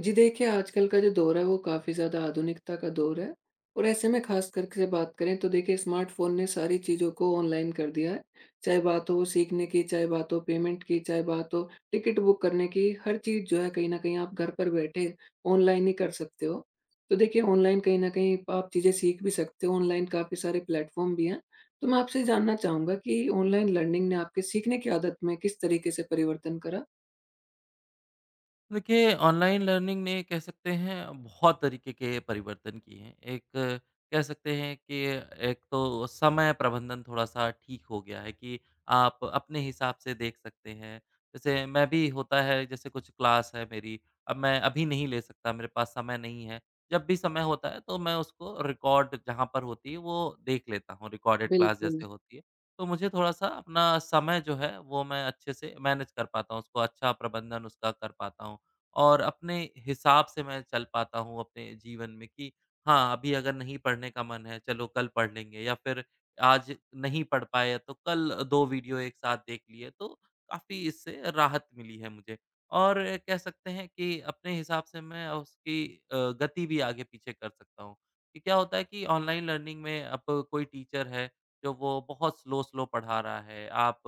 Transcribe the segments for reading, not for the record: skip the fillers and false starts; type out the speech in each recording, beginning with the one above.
जी, देखिए, आजकल का जो दौर है वो काफ़ी ज़्यादा आधुनिकता का दौर है और ऐसे में ख़ास करके से बात करें तो देखिए स्मार्टफ़ोन ने सारी चीज़ों को ऑनलाइन कर दिया है। चाहे बात हो सीखने की, चाहे बात हो पेमेंट की, चाहे बात हो टिकट बुक करने की, हर चीज़ जो है कहीं न कहीं आप घर पर बैठे ऑनलाइन ही कर सकते हो। तो देखिए ऑनलाइन कहीं न कहीं आप चीज़ें सीख भी सकते हो, ऑनलाइन काफ़ी सारे प्लेटफ़ॉर्म भी हैं। तो मैं आपसे जानना चाहूँगा कि ऑनलाइन लर्निंग ने आपके सीखने की आदत में किस तरीके से परिवर्तन करा? देखिए, ऑनलाइन लर्निंग ने कह सकते हैं बहुत तरीके के परिवर्तन किए हैं। एक कह सकते हैं कि एक तो समय प्रबंधन थोड़ा-सा ठीक हो गया है कि आप अपने हिसाब से देख सकते हैं। जैसे मैं भी होता है जैसे कुछ क्लास है मेरी, अब मैं अभी नहीं ले सकता, मेरे पास समय नहीं है। जब भी समय होता है तो मैं उसको रिकॉर्ड जहाँ पर होती है वो देख लेता हूँ, रिकॉर्डेड क्लास बिल्कुल। जैसे होती है। तो मुझे थोड़ा-सा अपना समय जो है वो मैं अच्छे से मैनेज कर पाता हूँ, उसको अच्छा प्रबंधन उसका कर पाता हूँ। और अपने हिसाब से मैं चल पाता हूँ अपने जीवन में कि हाँ, अभी अगर नहीं पढ़ने का मन है, चलो कल पढ़ लेंगे या फिर आज नहीं पढ़ पाए तो कल 2 वीडियो एक साथ देख लिए, तो काफ़ी इससे राहत मिली है मुझे। और कह सकते हैं कि अपने हिसाब से मैं उसकी अ, गति भी आगे-पीछे कर सकता हूँ। कि क्या होता है कि ऑनलाइन लर्निंग में अब कोई टीचर है, जो वो बहुत स्लो-स्लो पढ़ा रहा है, आप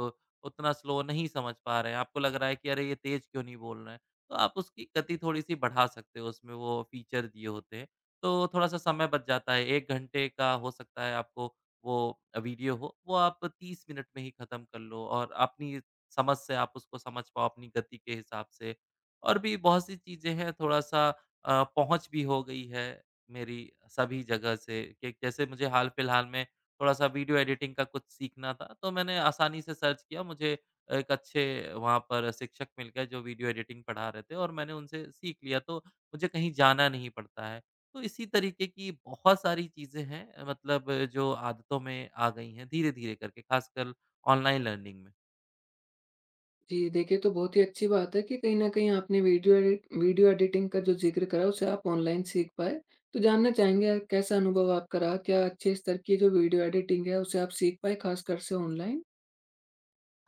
उतना स्लो नहीं समझ पा रहे हैं, आपको लग रहा है कि अरे! ये तेज़ क्यों नहीं बोल रहे हैं? तो आप उसकी गति थोड़ी-सी बढ़ा सकते हो, उसमें वो फीचर दिए होते हैं। तो थोड़ा-सा समय बच जाता है, 1 घंटे का हो सकता है आपको वो वीडियो हो, वो आप 30 मिनट में ही खत्म कर लो और अपनी समझ से आप उसको समझ पाओ, अपनी गति के हिसाब से। और भी बहुत सी चीज़ें हैं, थोड़ा-सा पहुँच भी हो गई है मेरी सभी जगह से कि जैसे मुझे हाल-फिलहाल में थोड़ा-सा वीडियो एडिटिंग का कुछ सीखना था, तो मैंने आसानी से सर्च किया, मुझे एक अच्छे वहाँ पर शिक्षक मिल गए जो वीडियो एडिटिंग पढ़ा रहे थे और मैंने उनसे सीख लिया तो मुझे कहीं जाना नहीं पड़ता है। तो इसी तरीके की बहुत सारी चीज़ें हैं मतलब जो आदतों में आ गई हैं धीरे-धीरे करके ख़ासकर ऑनलाइन लर्निंग में। जी, देखिए तो बहुत ही अच्छी बात है कि कहीं न कहीं आपने वीडियो एडिटिंग का जो ज़िक्र करा उसे आप ऑनलाइन सीख पाए। तो जानना चाहेंगे आप, कैसा अनुभव आपका रहा? क्या अच्छे स्तर की जो वीडियो एडिटिंग है उसे आप सीख पाए ख़ासकर से ऑनलाइन?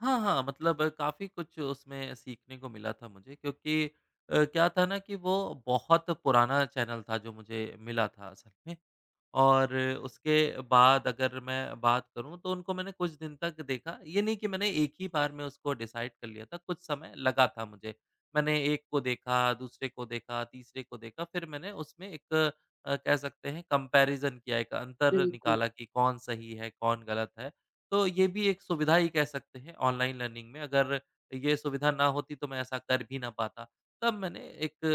हाँ, हाँ, मतलब काफ़ी कुछ उसमें सीखने को मिला था मुझे क्योंकि क्या था ना कि वो बहुत पुराना चैनल था जो मुझे मिला था असल में और उसके बाद अगर मैं बात करूँ तो उनको मैंने कुछ दिन तक देखा, ये नहीं कि मैंने एक ही बार में उसको डिसाइड कर लिया था, कुछ समय लगा था मुझे। मैंने एक को देखा, दूसरे को देखा, तीसरे को देखा, फिर मैंने उसमें एक कह सकते हैं कंपैरिज़न किया, एक अंतर बिल्कुल। निकाला कि कौन सही है, कौन गलत है। तो ये भी एक सुविधा ही कह सकते हैं ऑनलाइन लर्निंग में, अगर ये सुविधा ना होती तो मैं ऐसा कर भी ना पाता। तब मैंने एक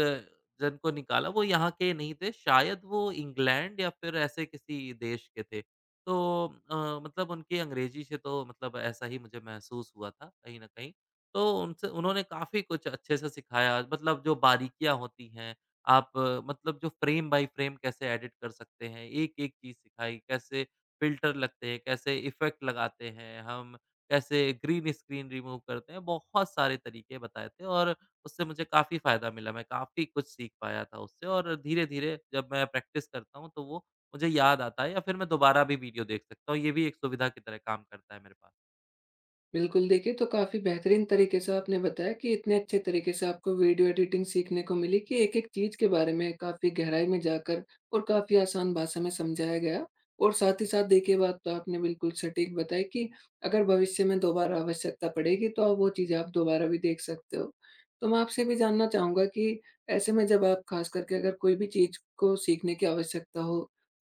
जन को निकाला, वो यहाँ के नहीं थे, शायद वो इंग्लैंड या फिर ऐसे किसी देश के थे। तो मतलब उनकी अंग्रेज़ी से तो मतलब ऐसा ही मुझे महसूस हुआ था कहीं न कहीं। तो उनसे उन्होंने काफ़ी कुछ अच्छे से सिखाया, मतलब जो बारीकियाँ होती हैं, आप मतलब जो फ्रेम बाय फ्रेम कैसे एडिट कर सकते हैं, एक-एक चीज़ सिखाई, कैसे फ़िल्टर लगते हैं, कैसे इफ़ेक्ट लगाते हैं हम, कैसे ग्रीन स्क्रीन रिमूव करते हैं, बहुत सारे तरीके बताए थे और उससे मुझे काफ़ी फ़ायदा मिला, मैं काफ़ी कुछ सीख पाया था उससे और धीरे-धीरे जब मैं प्रैक्टिस करता हूँ, तो वो मुझे याद आता है या फिर मैं दोबारा भी वीडियो देख सकता हूँ। ये भी एक सुविधा की तरह काम करता है मेरे पास। बिल्कुल, देखिए तो काफ़ी बेहतरीन तरीके से आपने बताया कि इतने अच्छे तरीके से आपको वीडियो एडिटिंग सीखने को मिली कि एक-एक चीज़ के बारे में काफ़ी गहराई में जाकर और काफ़ी आसान भाषा में समझाया गया। और साथ ही साथ देखिए बात तो आपने बिल्कुल सटीक बताई कि अगर भविष्य में दोबारा आवश्यकता पड़ेगी तो आप वो चीज़ें आप दोबारा भी देख सकते हो। तो मैं आपसे भी जानना चाहूँगा कि ऐसे में जब आप ख़ास करके अगर कोई भी चीज़ को सीखने की आवश्यकता हो,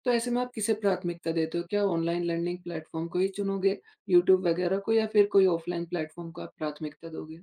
तो ऐसे में आप किसे प्राथमिकता देते हो? क्या ऑनलाइन लर्निंग प्लेटफ़ॉर्म को ही चुनोगे यूट्यूब वगैरह को, या फिर कोई ऑफ़लाइन प्लेटफ़ॉर्म को आप प्राथमिकता दोगे?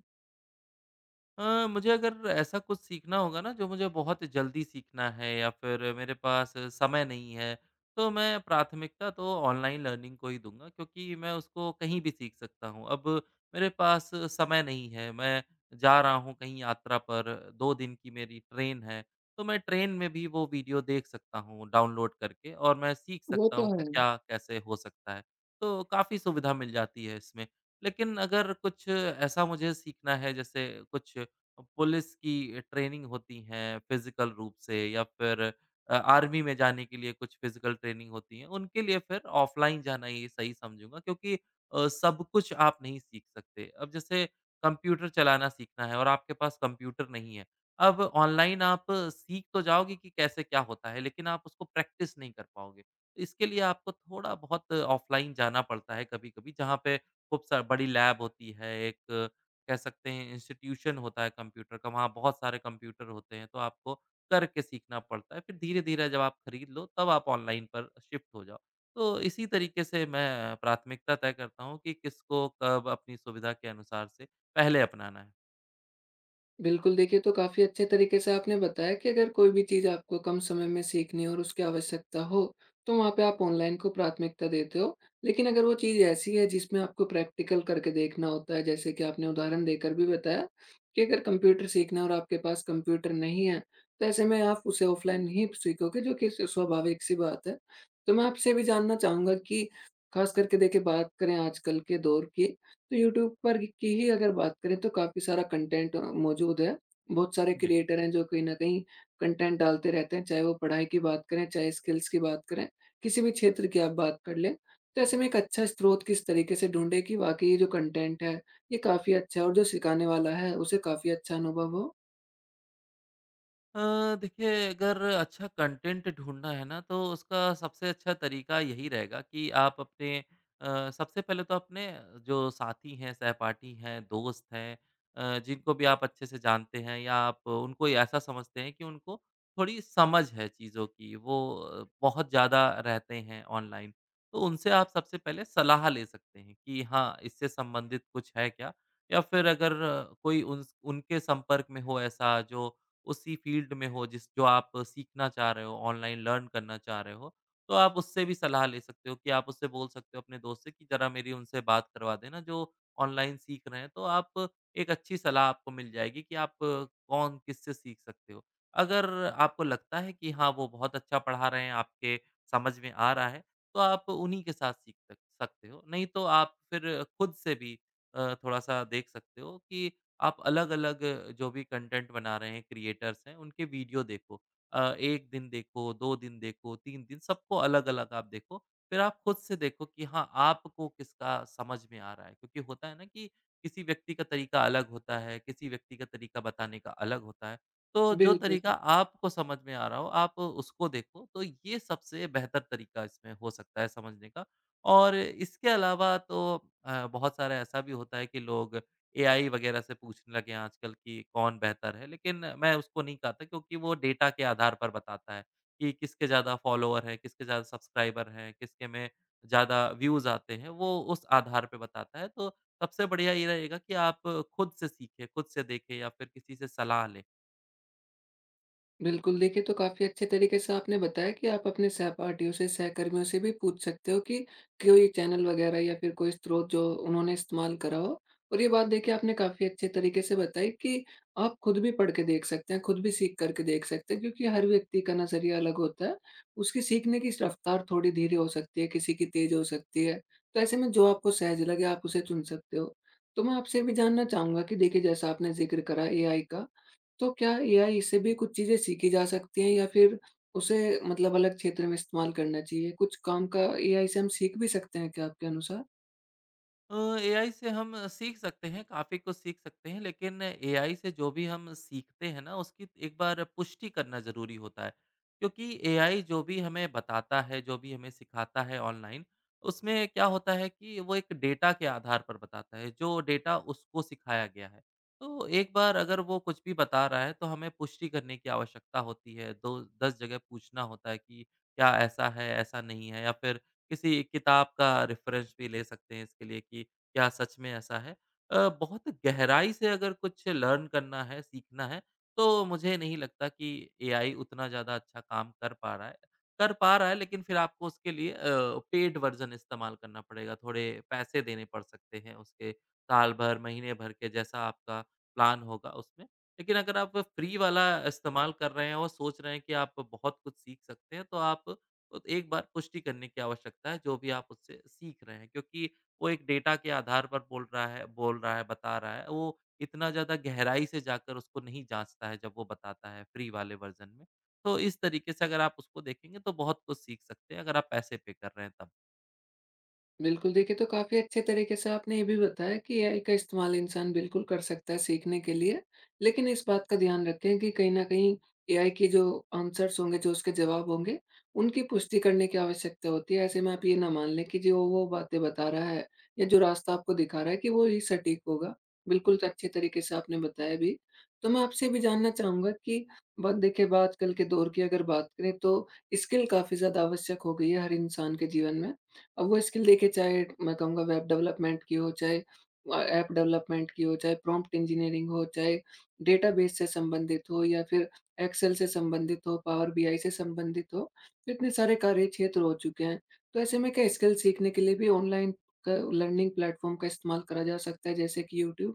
मुझे अगर ऐसा कुछ सीखना होगा ना जो मुझे बहुत जल्दी सीखना है या फिर मेरे पास समय नहीं है, तो मैं प्राथमिकता तो ऑनलाइन लर्निंग को ही दूँगा क्योंकि मैं उसको कहीं भी सीख सकता हूँ। अब मेरे पास समय नहीं है, मैं जा रहा हूँ कहीं यात्रा पर, 2 दिन की मेरी ट्रेन है, तो मैं ट्रेन में भी वो वीडियो देख सकता हूँ डाउनलोड करके और मैं सीख वो सकता तो हूँ है। कि क्या कैसे हो सकता है। तो काफ़ी सुविधा मिल जाती है इसमें। लेकिन अगर कुछ ऐसा मुझे सीखना है जैसे कुछ पुलिस की ट्रेनिंग होती हैं फिज़िकल रूप से या फिर आर्मी में जाने के लिए कुछ फिज़िकल ट्रेनिंग होती है, उनके लिए फिर ऑफ़लाइन जाना ये सही समझूँगा क्योंकि सब कुछ आप नहीं सीख सकते। अब जैसे कंप्यूटर चलाना सीखना है और आपके पास कंप्यूटर नहीं है, अब ऑनलाइन आप सीख तो जाओगे कि कैसे क्या होता है, लेकिन आप उसको प्रैक्टिस नहीं कर पाओगे। इसके लिए आपको थोड़ा-बहुत ऑफ़लाइन जाना पड़ता है कभी-कभी, जहाँ पे खूब सा बड़ी लैब होती है, एक कह सकते हैं इंस्टीट्यूशन होता है कंप्यूटर का, वहाँ बहुत सारे कंप्यूटर होते हैं, तो आपको करके सीखना पड़ता है। फिर धीरे-धीरे जब आप खरीद लो, तब आप ऑनलाइन पर शिफ्ट हो जाओ। तो इसी तरीके से मैं प्राथमिकता तय करता हूँ कि किसको कब अपनी सुविधा के अनुसार से पहले अपनाना है। बिल्कुल, देखिए तो काफ़ी अच्छे तरीके से आपने बताया कि अगर कोई भी चीज़ आपको कम समय में सीखनी हो और उसकी आवश्यकता हो, तो वहाँ पे आप ऑनलाइन को प्राथमिकता देते हो। लेकिन अगर वो चीज़ ऐसी है जिसमें आपको प्रैक्टिकल करके देखना होता है, जैसे कि आपने उदाहरण देकर भी बताया कि अगर कंप्यूटर सीखना है और आपके पास कंप्यूटर नहीं है, तो ऐसे में आप उसे ऑफ़लाइन ही सीखोगे, जो कि स स्वाभाविक-सी बात है। तो मैं आपसे भी जानना चाहूँगा कि ख़ास करके देखिए बात करें आजकल के दौर की, तो यूट्यूब पर की ही अगर बात करें तो काफ़ी सारा कंटेंट मौजूद है। बहुत सारे जी। क्रिएटर हैं जो कहीं न कहीं कंटेंट डालते रहते हैं, चाहे वो पढ़ाई की बात करें, चाहे स्किल्स की बात करें, किसी भी क्षेत्र की आप बात कर लें। तो ऐसे में एक अच्छा स्रोत किस तरीके से ढूँढे कि वाक़ई ये जो कंटेंट है, ये काफ़ी अच्छा है और जो सिखाने वाला है, उसे काफ़ी अच्छा अनुभव हो? अ, देखिए अगर अच्छा कंटेंट ढूँढना है ना, तो उसका सबसे अच्छा तरीका यही रहेगा कि आप अपने सबसे पहले तो अपने जो साथी हैं, सहपाठी हैं, दोस्त हैं जिनको भी आप अच्छे से जानते हैं या आप उनको ये ऐसा समझते हैं कि उनको थोड़ी समझ है चीज़ों की, वो बहुत ज़्यादा रहते हैं ऑनलाइन। तो उनसे आप सबसे पहले सलाह ले सकते हैं कि हाँ, इससे संबंधित कुछ है क्या? या फिर अगर कोई उन उनके संपर्क में हो ऐसा जो उसी फ़ील्ड में हो जिस जो आप सीखना चाह रहे हो, ऑनलाइन लर्न करना चाह रहे हो, तो आप उससे भी सलाह ले सकते हो कि आप उससे बोल सकते हो अपने दोस्त से कि ज़रा मेरी उनसे बात करवा देना जो ऑनलाइन सीख रहे हैं। तो आप एक अच्छी सलाह आपको मिल जाएगी कि आप कौन किससे सीख सकते हो। अगर आपको लगता है कि हाँ, वो बहुत अच्छा पढ़ा रहे हैं, आपके समझ में आ रहा है, तो आप उन्हीं के साथ सीख सक सकते हो। नहीं तो आप फिर खुद से भी थोड़ा-सा देख सकते हो कि आप अलग-अलग जो भी कंटेंट बना रहे हैं, क्रिएटर्स हैं, उनके वीडियो देखो। अ, 1 दिन देखो, 2 दिन देखो, 3 दिन, सबको अलग-अलग आप देखो। फिर आप खुद से देखो कि हाँ, आपको किसका समझ में आ रहा है। क्योंकि होता है ना कि किसी व्यक्ति का तरीका अलग होता है, किसी व्यक्ति का तरीका बताने का अलग होता है। तो जो बिल्कुल। तरीका आपको समझ में आ रहा हो, आप उसको देखो। तो ये सबसे बेहतर तरीका इसमें हो सकता है समझने का। और इसके अलावा तो बहुत सारा ऐसा भी होता है कि लोग एआई वगैरह से पूछने लगे हैं आजकल कि कौन बेहतर है, लेकिन मैं उसको नहीं कहता क्योंकि वो डेटा के आधार पर बताता है कि किसके ज़्यादा फॉलोवर हैं, किसके ज़्यादा सब्सक्राइबर हैं, किसके में ज़्यादा व्यूज़ आते हैं, वो उस आधार पे बताता है। तो सबसे बढ़िया ये रहेगा कि आप खुद से सीखें, खुद से देखें या फिर किसी से सलाह लें। बिल्कुल, देखिए तो काफ़ी अच्छे तरीके से आपने बताया कि आप अपने सहपाठियों से, सहकर्मियों से भी पूछ सकते हो कि कोई चैनल वग़ैरह या फिर कोई स्रोत जो उन्होंने इस्तेमाल करा हो। और ये बात देखिए आपने काफ़ी अच्छे तरीके से बताई कि आप खुद भी पढ़ के देख सकते हैं, खुद भी सीख कर के देख सकते हैं, क्योंकि हर व्यक्ति का नज़रिया अलग होता है। उसकी सीखने की रफ़्तार थोड़ी धीरे हो सकती है, किसी की तेज़ हो सकती है। तो ऐसे में जो आपको सहज लगे आप उसे चुन सकते हो। तो मैं आपसे भी जानना चाहूँगा कि देखिए जैसा आपने ज़िक्र करा एआई का, तो क्या एआई से भी कुछ चीज़ें सीखी जा सकती हैं, या फिर उसे मतलब अलग क्षेत्र में इस्तेमाल करना चाहिए? कुछ काम का एआई से हम सीख भी सकते हैं क्या आपके अनुसार? अ, एआई से हम सीख सकते हैं, काफ़ी कुछ सीख सकते हैं, लेकिन एआई से जो भी हम सीखते हैं ना, उसकी एक बार पुष्टि करना ज़रूरी होता है। क्योंकि एआई जो भी हमें बताता है, जो भी हमें सिखाता है ऑनलाइन, उसमें क्या होता है कि वो एक डेटा के आधार पर बताता है, जो डेटा उसको सिखाया गया है। तो एक बार अगर वो कुछ भी बता रहा है, तो हमें पुष्टि करने की आवश्यकता होती है। दो 10 जगह पूछना होता है कि, क्या ऐसा है, ऐसा नहीं है? या फिर किसी किताब का रेफ़रेंस भी ले सकते हैं इसके लिए कि क्या सच में ऐसा है? बहुत गहराई से अगर कुछ लर्न करना है, सीखना है, तो मुझे नहीं लगता कि एआई उतना ज़्यादा अच्छा काम कर पा रहा है। कर पा रहा है, लेकिन फिर आपको उसके लिए पेड वर्ज़न इस्तेमाल करना पड़ेगा, थोड़े पैसे देने पड़ सकते हैं उसके साल भर, महीने भर के जैसा आपका प्लान होगा उसमें। लेकिन अगर आप फ्री वाला इस्तेमाल कर रहे हैं और सोच रहे हैं कि आप बहुत कुछ सीख सकते हैं, तो आप तो एक बार पुष्टि करने की आवश्यकता है जो भी आप उससे सीख रहे हैं, क्योंकि वो एक डेटा के आधार पर बोल रहा है बता रहा है, वो इतना ज़्यादा गहराई से जाकर उसको नहीं जाँचता है जब वो बताता है फ्री वाले वर्ज़न में। तो इस तरीके से अगर आप उसको देखेंगे तो बहुत कुछ सीख सकते हैं अगर आप पैसे पे कर रहे हैं तब। बिल्कुल, देखिए तो काफ़ी अच्छे तरीके से आपने ये भी बताया कि एआई का इस्तेमाल इंसान बिल्कुल कर सकता है सीखने के लिए। लेकिन इस बात का ध्यान रखें कि कहीं न कहीं एआई के जो आंसर्स होंगे, जो उसके जवाब होंगे, उनकी पुष्टि करने की आवश्यकता होती है। ऐसे में आप ये ना मान लें कि जो वो बातें बता रहा है या जो रास्ता आपको दिखा रहा है कि वो ही सटीक होगा। बिल्कुल, तो अच्छे तरीके से आपने बताया भी। तो मैं आपसे ये भी जानना चाहूँगा कि ब देखिए आजकल के दौर की अगर बात करें तो स्किल काफ़ी ज़्यादा आवश्यक हो गई है हर इंसान के जीवन में। अब वो स्किल देखिए चाहे मैं कहूँगा वेब डेवलपमेंट की हो, चाहे ऐप डेवलपमेंट की हो, चाहे प्रॉम्प्ट इंजीनियरिंग हो, चाहे डेटाबेस से संबंधित हो, या फिर एक्सेल से संबंधित हो, पावर बीआई से संबंधित हो, इतने सारे कार्यक्षेत्र हो चुके हैं। तो ऐसे में क्या स्किल सीखने के लिए भी ऑनलाइन क लर्निंग प्लेटफ़ॉर्म का इस्तेमाल करा जा सकता है, जैसे कि यूट्यूब?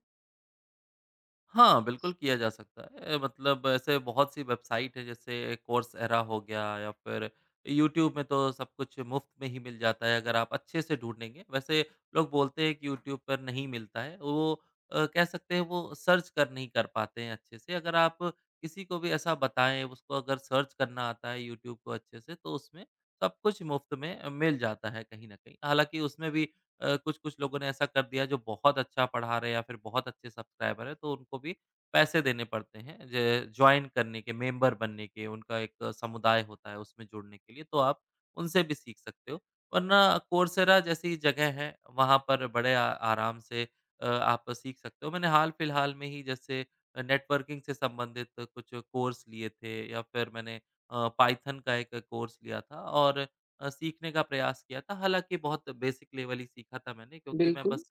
हाँ, बिल्कुल किया जा सकता है। मतलब ऐसे बहुत सी वेबसाइट है जैसे कोर्सेरा हो गया या फिर यूट्यूब में तो सब कुछ मुफ़्त में ही मिल जाता है अगर आप अच्छे से ढूँढेंगे। वैसे लोग बोलते हैं कि यूट्यूब पर नहीं मिलता है। वो कह सकते हैं वो सर्च कर नहीं कर पाते हैं अच्छे से। अगर आप किसी को भी ऐसा बताएँ उसको अगर सर्च करना आता है यूट्यूब को अच्छे से तो उसमें सब कुछ मुफ़्त में मिल जाता है कहीं न कहीं। हालाँकि उसमें भी कुछ-कुछ लोगों ने ऐसा कर दिया जो बहुत अच्छा पढ़ा रहे हैं या फिर बहुत अच्छे सब्सक्राइबर हैं, तो उनको भी पैसे देने पड़ते हैं ज जॉइन करने के, मेंबर बनने के, उनका एक समुदाय होता है उसमें जुड़ने के लिए, तो आप उनसे भी सीख सकते हो। वरना कोर्सेरा जैसी जगह है, वहाँ पर बड़े आ आराम से आप सीख सकते हो। मैंने हाल-फिलहाल में ही जैसे नेटवर्किंग से संबंधित कुछ कोर्स लिए थे या फिर मैंने पाइथन का एक कोर्स लिया था और सीखने का प्रयास किया था। हालाँकि बहुत बेसिक लेवल ही सीखा था मैंने, क्योंकि मैं बिल्कुल। बस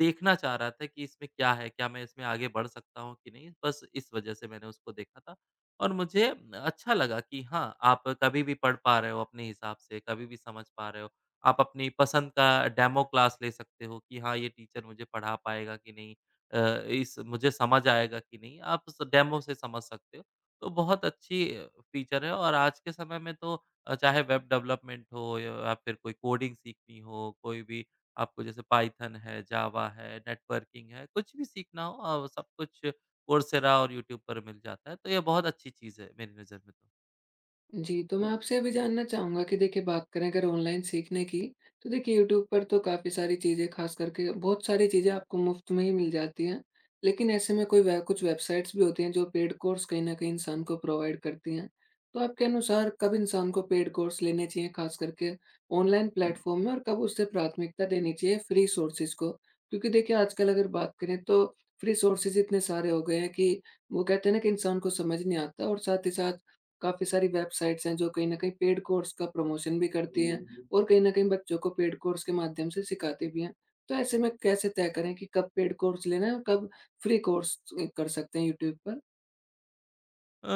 देखना चाह रहा था कि इसमें क्या है? क्या मैं इसमें आगे बढ़ सकता हूँ कि नहीं? बस इस वजह से मैंने उसको देखा था और मुझे अच्छा लगा कि हाँ, आप कभी भी पढ़ पा रहे हो अपने हिसाब से, कभी भी समझ पा रहे हो। आप अपनी पसंद का डेमो क्लास ले सकते हो कि हाँ, ये टीचर मुझे पढ़ा पाएगा कि नहीं? अ, इस मुझे समझ आएगा कि नहीं? आप स डेमो से समझ सकते हो। तो बहुत अच्छी फीचर है और आज के समय में तो चाहे वेब डेवलपमेंट हो या फिर कोई कोडिंग सीखनी हो, कोई भी आपको जैसे पाइथन है, जावा है, नेटवर्किंग है, कुछ भी सीखना हो सब कुछ कोर्सेरा और यूट्यूब पर मिल जाता है। तो ये बहुत अच्छी चीज़ है मेरी नज़र में तो। जी, तो मैं आपसे अभी जानना चाहूँगा कि देखिए बात करें अगर ऑनलाइन सीखने की, तो देखिए यूट्यूब पर तो काफ़ी सारी चीज़ें ख़ास करके बहुत सारी चीज़ें आपको मुफ़्त में ही मिल जाती हैं। लेकिन ऐसे में कोई वे कुछ वेबसाइट्स भी होती हैं जो पेड कोर्स कहीं न कहीं इंसान को प्रोवाइड करती हैं। तो आपके अनुसार कब इंसान को पेड कोर्स लेने चाहिए ख़ास करके ऑनलाइन प्लेटफ़ॉर्म में, और कब उसे प्राथमिकता देनी चाहिए फ्री सोर्सेज़ को? क्योंकि देखिए आजकल अगर बात करें तो फ्री सोर्सेज़ इतने सारे हो गए हैं कि वो कहते हैं ना कि इंसान को समझ नहीं आता। और साथ ही साथ काफ़ी सारी वेबसाइट्स हैं जो कहीं न कहीं पेड कोर्स का प्रमोशन भी करती हैं और कहीं न कहीं बच्चों को पेड कोर्स के माध्यम से सिखाती भी हैं। तो ऐसे में कैसे तय करें कि कब पेड कोर्स लेना है और कब फ्री कोर्स कर सकते हैं यूट्यूब पर? अ,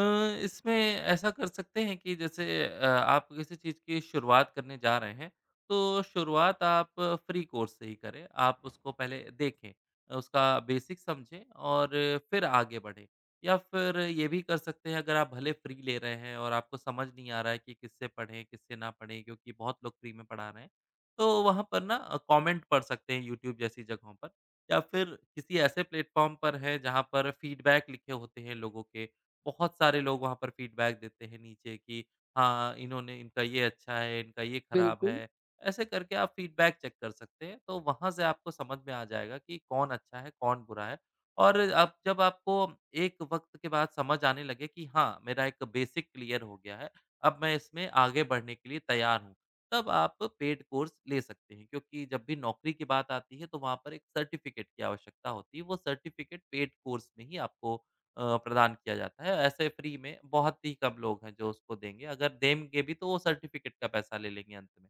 इसमें ऐसा कर सकते हैं कि जैसे आप किसी चीज़ की शुरुआत करने जा रहे हैं, तो शुरुआत आप फ्री कोर्स से ही करें। आप उसको पहले देखें, उसका बेसिक समझें और फिर आगे बढ़ें। या फिर ये भी कर सकते हैं अगर आप भले फ्री ले रहे हैं और आपको समझ नहीं आ रहा है कि किससे पढ़ें, किससे ना पढ़ें, क्योंकि बहुत लोग फ्री में पढ़ा रहे हैं। तो वहाँ पर ना कमेंट पढ़ सकते हैं यूट्यूब जैसी जगहों पर या फिर किसी ऐसे प्लेटफ़ॉर्म पर है जहाँ पर फीडबैक लिखे होते हैं लोगों के। बहुत सारे लोग वहाँ पर फीडबैक देते हैं नीचे कि हाँ, इन्होंने इनका ये अच्छा है, इनका ये खराब बिल्कुल। है। ऐसे करके आप फीडबैक चेक कर सकते हैं, तो वहाँ से आपको समझ में आ जाएगा कि कौन अच्छा है, कौन बुरा है। और अब जब आपको एक वक़्त के बाद समझ आने लगे कि हाँ, मेरा एक बेसिक क्लियर हो गया है, अब मैं इसमें आगे बढ़ने के लिए तैयार हूँ, तब आप पेड कोर्स ले सकते हैं। क्योंकि जब भी नौकरी की बात आती है, तो वहाँ पर एक सर्टिफ़िकेट की आवश्यकता होती है, वो सर्टिफ़िकेट पेड कोर्स में ही आपको प्रदान किया जाता है। ऐसे फ्री में बहुत ही कम लोग हैं जो उसको देंगे, अगर देंगे भी तो वो सर्टिफ़िकेट का पैसा ले लेंगे अंत में।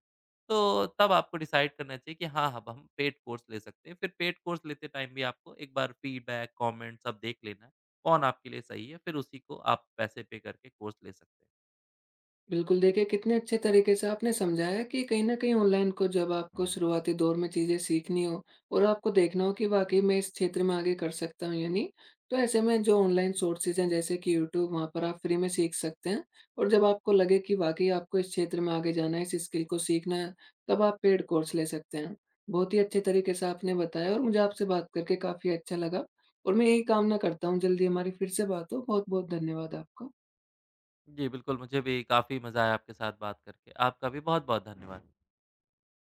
तो तब आपको डिसाइड करना चाहिए कि हाँ, अब हम पेड कोर्स ले सकते हैं। फिर पेड कोर्स लेते टाइम भी आपको एक बार फीडबैक, कमेंट सब देख लेना है, कौन आपके लिए सही है, फिर उसी को आप पैसे पे करके कोर्स ले सकते हैं। बिल्कुल, देखिए कितने अच्छे तरीके से आपने समझाया कि कहीं न कहीं ऑनलाइन को जब आपको शुरुआती दौर में चीज़ें सीखनी हो और आपको देखना हो कि वाक़ई मैं इस क्षेत्र में आगे कर सकता हूँ या नहीं, तो ऐसे में जो ऑनलाइन सोर्सेज़ हैं जैसे कि यूट्यूब, वहाँ पर आप फ्री में सीख सकते हैं। और जब आपको लगे कि वाक़ई आपको इस क्षेत्र में आगे जाना है, इस स्किल को सीखना है, तब आप पेड कोर्स ले सकते हैं। बहुत ही अच्छे तरीके से आपने बताया और मुझे आपसे बात करके काफ़ी अच्छा लगा, और मैं यही कामना करता हूँ जल्दी हमारी फिर से बात हो। बहुत-बहुत धन्यवाद आपका। जी, बिल्कुल मुझे भी काफ़ी मज़ा आया आपके साथ बात करके। आपका भी बहुत-बहुत धन्यवाद।